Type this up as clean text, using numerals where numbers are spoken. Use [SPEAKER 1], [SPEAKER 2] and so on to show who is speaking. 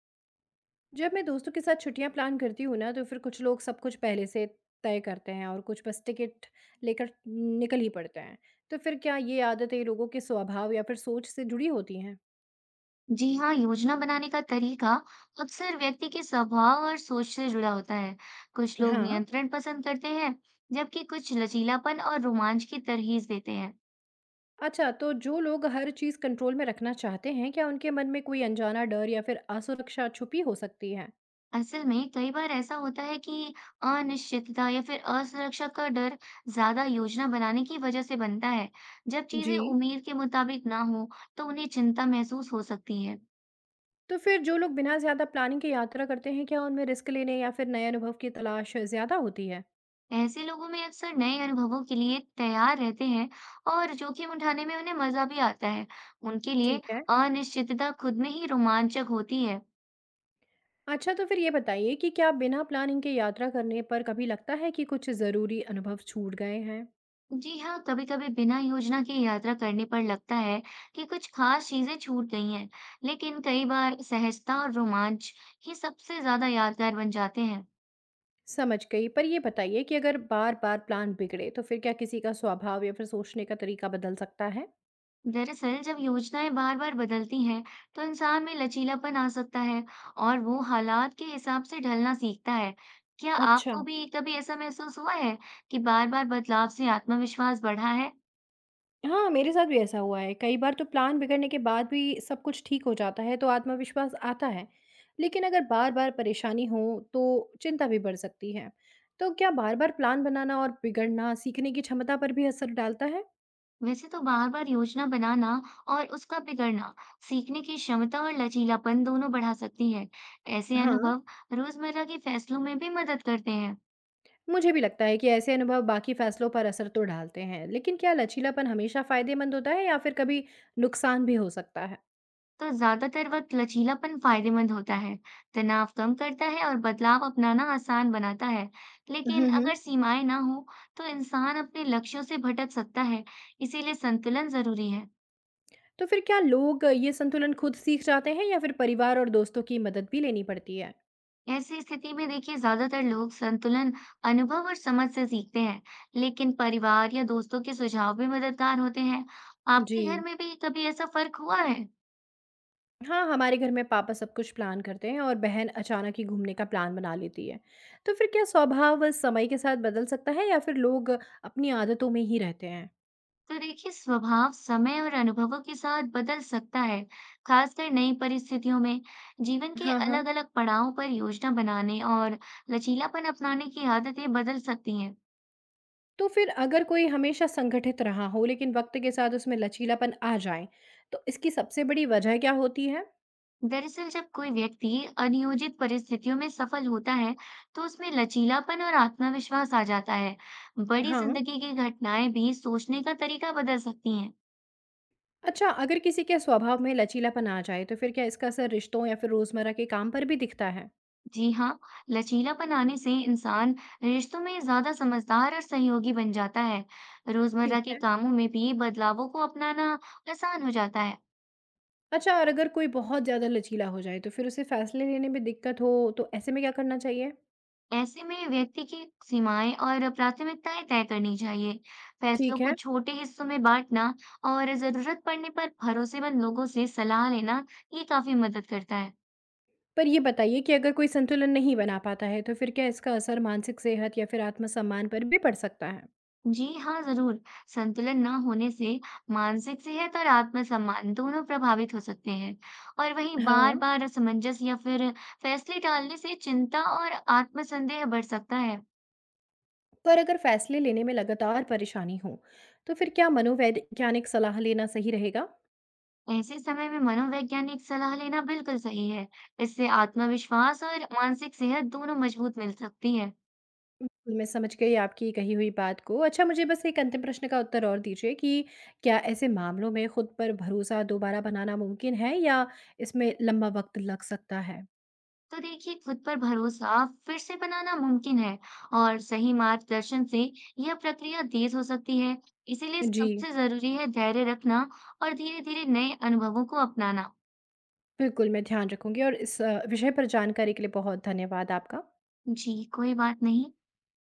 [SPEAKER 1] जब मैं दोस्तों के साथ छुट्टियां प्लान करती हूँ ना तो फिर कुछ लोग सब कुछ पहले से तय करते हैं और कुछ बस टिकट लेकर निकल ही पड़ते हैं। तो फिर क्या ये आदतें लोगों के स्वभाव या फिर सोच से जुड़ी होती हैं?
[SPEAKER 2] जी हाँ, योजना बनाने का तरीका अक्सर व्यक्ति के स्वभाव और सोच से जुड़ा होता है। कुछ लोग
[SPEAKER 1] हाँ।
[SPEAKER 2] नियंत्रण पसंद करते हैं, जबकि कुछ लचीलापन और रोमांच की तरहीज देते हैं।
[SPEAKER 1] अच्छा, तो जो लोग हर चीज कंट्रोल में रखना चाहते हैं, क्या उनके मन में कोई अनजाना डर या फिर असुरक्षा छुपी हो सकती है?
[SPEAKER 2] असल में कई बार ऐसा होता है कि अनिश्चितता या फिर असुरक्षा का डर ज्यादा योजना बनाने की वजह से बनता है। जब
[SPEAKER 1] जी।
[SPEAKER 2] चीजें उम्मीद के मुताबिक ना हो, तो उन्हें चिंता महसूस हो सकती है।
[SPEAKER 1] तो फिर जो लोग बिना ज्यादा प्लानिंग के यात्रा करते हैं, क्या उनमें रिस्क लेने या फिर नए अनुभव की तलाश ज्यादा होती है?
[SPEAKER 2] ऐसे लोगों में अक्सर नए अनुभवों के लिए तैयार रहते हैं और जोखिम उठाने में उन्हें मजा भी आता है। उनके लिए
[SPEAKER 1] ठीक है।
[SPEAKER 2] अनिश्चितता खुद में ही रोमांचक होती है।
[SPEAKER 1] अच्छा, तो फिर ये बताइए कि क्या बिना प्लानिंग के यात्रा करने पर कभी लगता है कि कुछ ज़रूरी अनुभव छूट गए हैं?
[SPEAKER 2] जी हाँ, कभी-कभी बिना योजना के यात्रा करने पर लगता है कि कुछ खास चीजें छूट गई हैं, लेकिन कई बार सहजता और रोमांच ही सबसे ज्यादा यादगार बन जाते हैं।
[SPEAKER 1] समझ गई, पर ये बताइए कि अगर बार-बार प्लान बिगड़े तो फिर क्या किसी का स्वभाव या फिर सोचने का तरीका बदल सकता है?
[SPEAKER 2] दरअसल जब योजनाएं बार बार बदलती हैं, तो इंसान में लचीलापन आ सकता है और वो हालात के हिसाब से ढलना सीखता है। क्या
[SPEAKER 1] अच्छा।
[SPEAKER 2] आपको भी कभी ऐसा महसूस हुआ है कि बार बार बदलाव से आत्मविश्वास बढ़ा है?
[SPEAKER 1] हाँ, मेरे साथ भी ऐसा हुआ है। कई बार तो प्लान बिगड़ने के बाद भी सब कुछ ठीक हो जाता है तो आत्मविश्वास आता है। लेकिन अगर बार-बार परेशानी हो तो चिंता भी बढ़ सकती है। तो क्या बार-बार प्लान बनाना और बिगड़ना सीखने की क्षमता पर भी असर डालता है?
[SPEAKER 2] वैसे तो बार बार योजना बनाना और उसका बिगड़ना सीखने की क्षमता और लचीलापन दोनों बढ़ा सकती है। ऐसे
[SPEAKER 1] हाँ।
[SPEAKER 2] अनुभव रोजमर्रा के फैसलों में भी मदद करते हैं।
[SPEAKER 1] मुझे भी लगता है कि ऐसे अनुभव बाकी फैसलों पर असर तो डालते हैं, लेकिन क्या लचीलापन हमेशा फायदेमंद होता है या फिर कभी नुकसान भी हो सकता है?
[SPEAKER 2] तो ज्यादातर वक्त लचीलापन फायदेमंद होता है, तनाव कम करता है और बदलाव अपनाना आसान बनाता है।
[SPEAKER 1] हम्म
[SPEAKER 2] लेकिन
[SPEAKER 1] हम्म।
[SPEAKER 2] अगर सीमाएं ना हो, तो इंसान अपने लक्ष्यों से भटक सकता है, इसीलिए संतुलन जरूरी है।
[SPEAKER 1] तो फिर क्या लोग ये संतुलन खुद सीख जाते हैं या फिर परिवार और दोस्तों की मदद भी लेनी पड़ती है?
[SPEAKER 2] ऐसी स्थिति में देखिए, ज्यादातर लोग संतुलन अनुभव और समझ से सीखते हैं, लेकिन परिवार या दोस्तों के सुझाव भी मददगार होते हैं।
[SPEAKER 1] जी,
[SPEAKER 2] आपके घर में भी कभी ऐसा फर्क हुआ है?
[SPEAKER 1] हाँ हमारे घर में पापा सब कुछ प्लान करते हैं और बहन अचानक ही घूमने का प्लान बना लेती है। तो फिर क्या स्वभाव समय के साथ बदल सकता है या फिर लोग अपनी आदतों में ही रहते हैं?
[SPEAKER 2] तो देखिए, स्वभाव समय और अनुभवों के साथ बदल सकता है, खासकर नई परिस्थितियों में। जीवन के
[SPEAKER 1] हाँ हाँ।
[SPEAKER 2] अलग अलग पड़ाव पर योजना बनाने और लचीलापन अपनाने की आदतें बदल सकती हैं।
[SPEAKER 1] तो फिर अगर कोई हमेशा संगठित रहा हो लेकिन वक्त के साथ उसमें लचीलापन आ जाए, तो इसकी सबसे बड़ी वजह क्या होती है?
[SPEAKER 2] दरअसल जब कोई व्यक्ति अनियोजित परिस्थितियों में सफल होता है, तो उसमें लचीलापन और आत्मविश्वास आ जाता है। बड़ी
[SPEAKER 1] हाँ।
[SPEAKER 2] जिंदगी की घटनाएं भी सोचने का तरीका बदल सकती हैं।
[SPEAKER 1] अच्छा, अगर किसी के स्वभाव में लचीलापन आ जाए तो फिर क्या इसका असर रिश्तों या फिर रोजमर्रा के काम पर भी दिखता है?
[SPEAKER 2] जी हाँ, लचीलापन आने से इंसान रिश्तों में ज्यादा समझदार और सहयोगी बन जाता है।
[SPEAKER 1] ठीक
[SPEAKER 2] रोजमर्रा के
[SPEAKER 1] है।
[SPEAKER 2] कामों में भी बदलावों को अपनाना आसान हो जाता है।
[SPEAKER 1] अच्छा, और अगर कोई बहुत ज़्यादा लचीला हो जाए तो फिर उसे फैसले लेने में दिक्कत हो, तो ऐसे में क्या करना चाहिए?
[SPEAKER 2] ऐसे में व्यक्ति की सीमाएं और प्राथमिकताएं तय करनी चाहिए। फैसलों
[SPEAKER 1] ठीक
[SPEAKER 2] को
[SPEAKER 1] है।
[SPEAKER 2] छोटे हिस्सों में बांटना और जरूरत पड़ने पर भरोसेमंद लोगों से सलाह लेना, ये काफी मदद करता है।
[SPEAKER 1] पर ये बताइए कि अगर कोई संतुलन नहीं बना पाता है तो फिर क्या इसका असर मानसिक सेहत या फिर आत्मसम्मान पर भी पड़ सकता है?
[SPEAKER 2] जी हाँ, ज़रूर। संतुलन ना होने से मानसिक सेहत और आत्मसम्मान दोनों प्रभावित हो सकते हैं और वहीं
[SPEAKER 1] हाँ।
[SPEAKER 2] बार-बार असमंजस या फिर फैसले टालने से चिंता और आत्मसंदेह बढ़ सकता है।
[SPEAKER 1] पर अगर फैसले लेने में लगातार परेशानी हो, तो फिर क्या मनोवैज्ञानिक सलाह लेना सही रहेगा?
[SPEAKER 2] ऐसे समय में मनोवैज्ञानिक सलाह लेना बिल्कुल सही है। इससे आत्मविश्वास और मानसिक सेहत दोनों मजबूत मिल सकती है।
[SPEAKER 1] बिल्कुल, मैं समझ गई आपकी कही हुई बात को। अच्छा, मुझे बस एक अंतिम प्रश्न का उत्तर और दीजिए कि क्या ऐसे मामलों में खुद पर भरोसा दोबारा बनाना मुमकिन है या इसमें लंबा वक्त लग सकता है?
[SPEAKER 2] तो देखिए, खुद पर भरोसा फिर से बनाना मुमकिन है और सही मार्गदर्शन से यह प्रक्रिया तेज हो सकती है। इसीलिए
[SPEAKER 1] जी,
[SPEAKER 2] सबसे जरूरी है धैर्य रखना और धीरे धीरे नए अनुभवों को अपनाना।
[SPEAKER 1] बिल्कुल। मैं ध्यान रखूँगी और इस विषय पर जानकारी के लिए बहुत धन्यवाद आपका।
[SPEAKER 2] जी, कोई बात नहीं।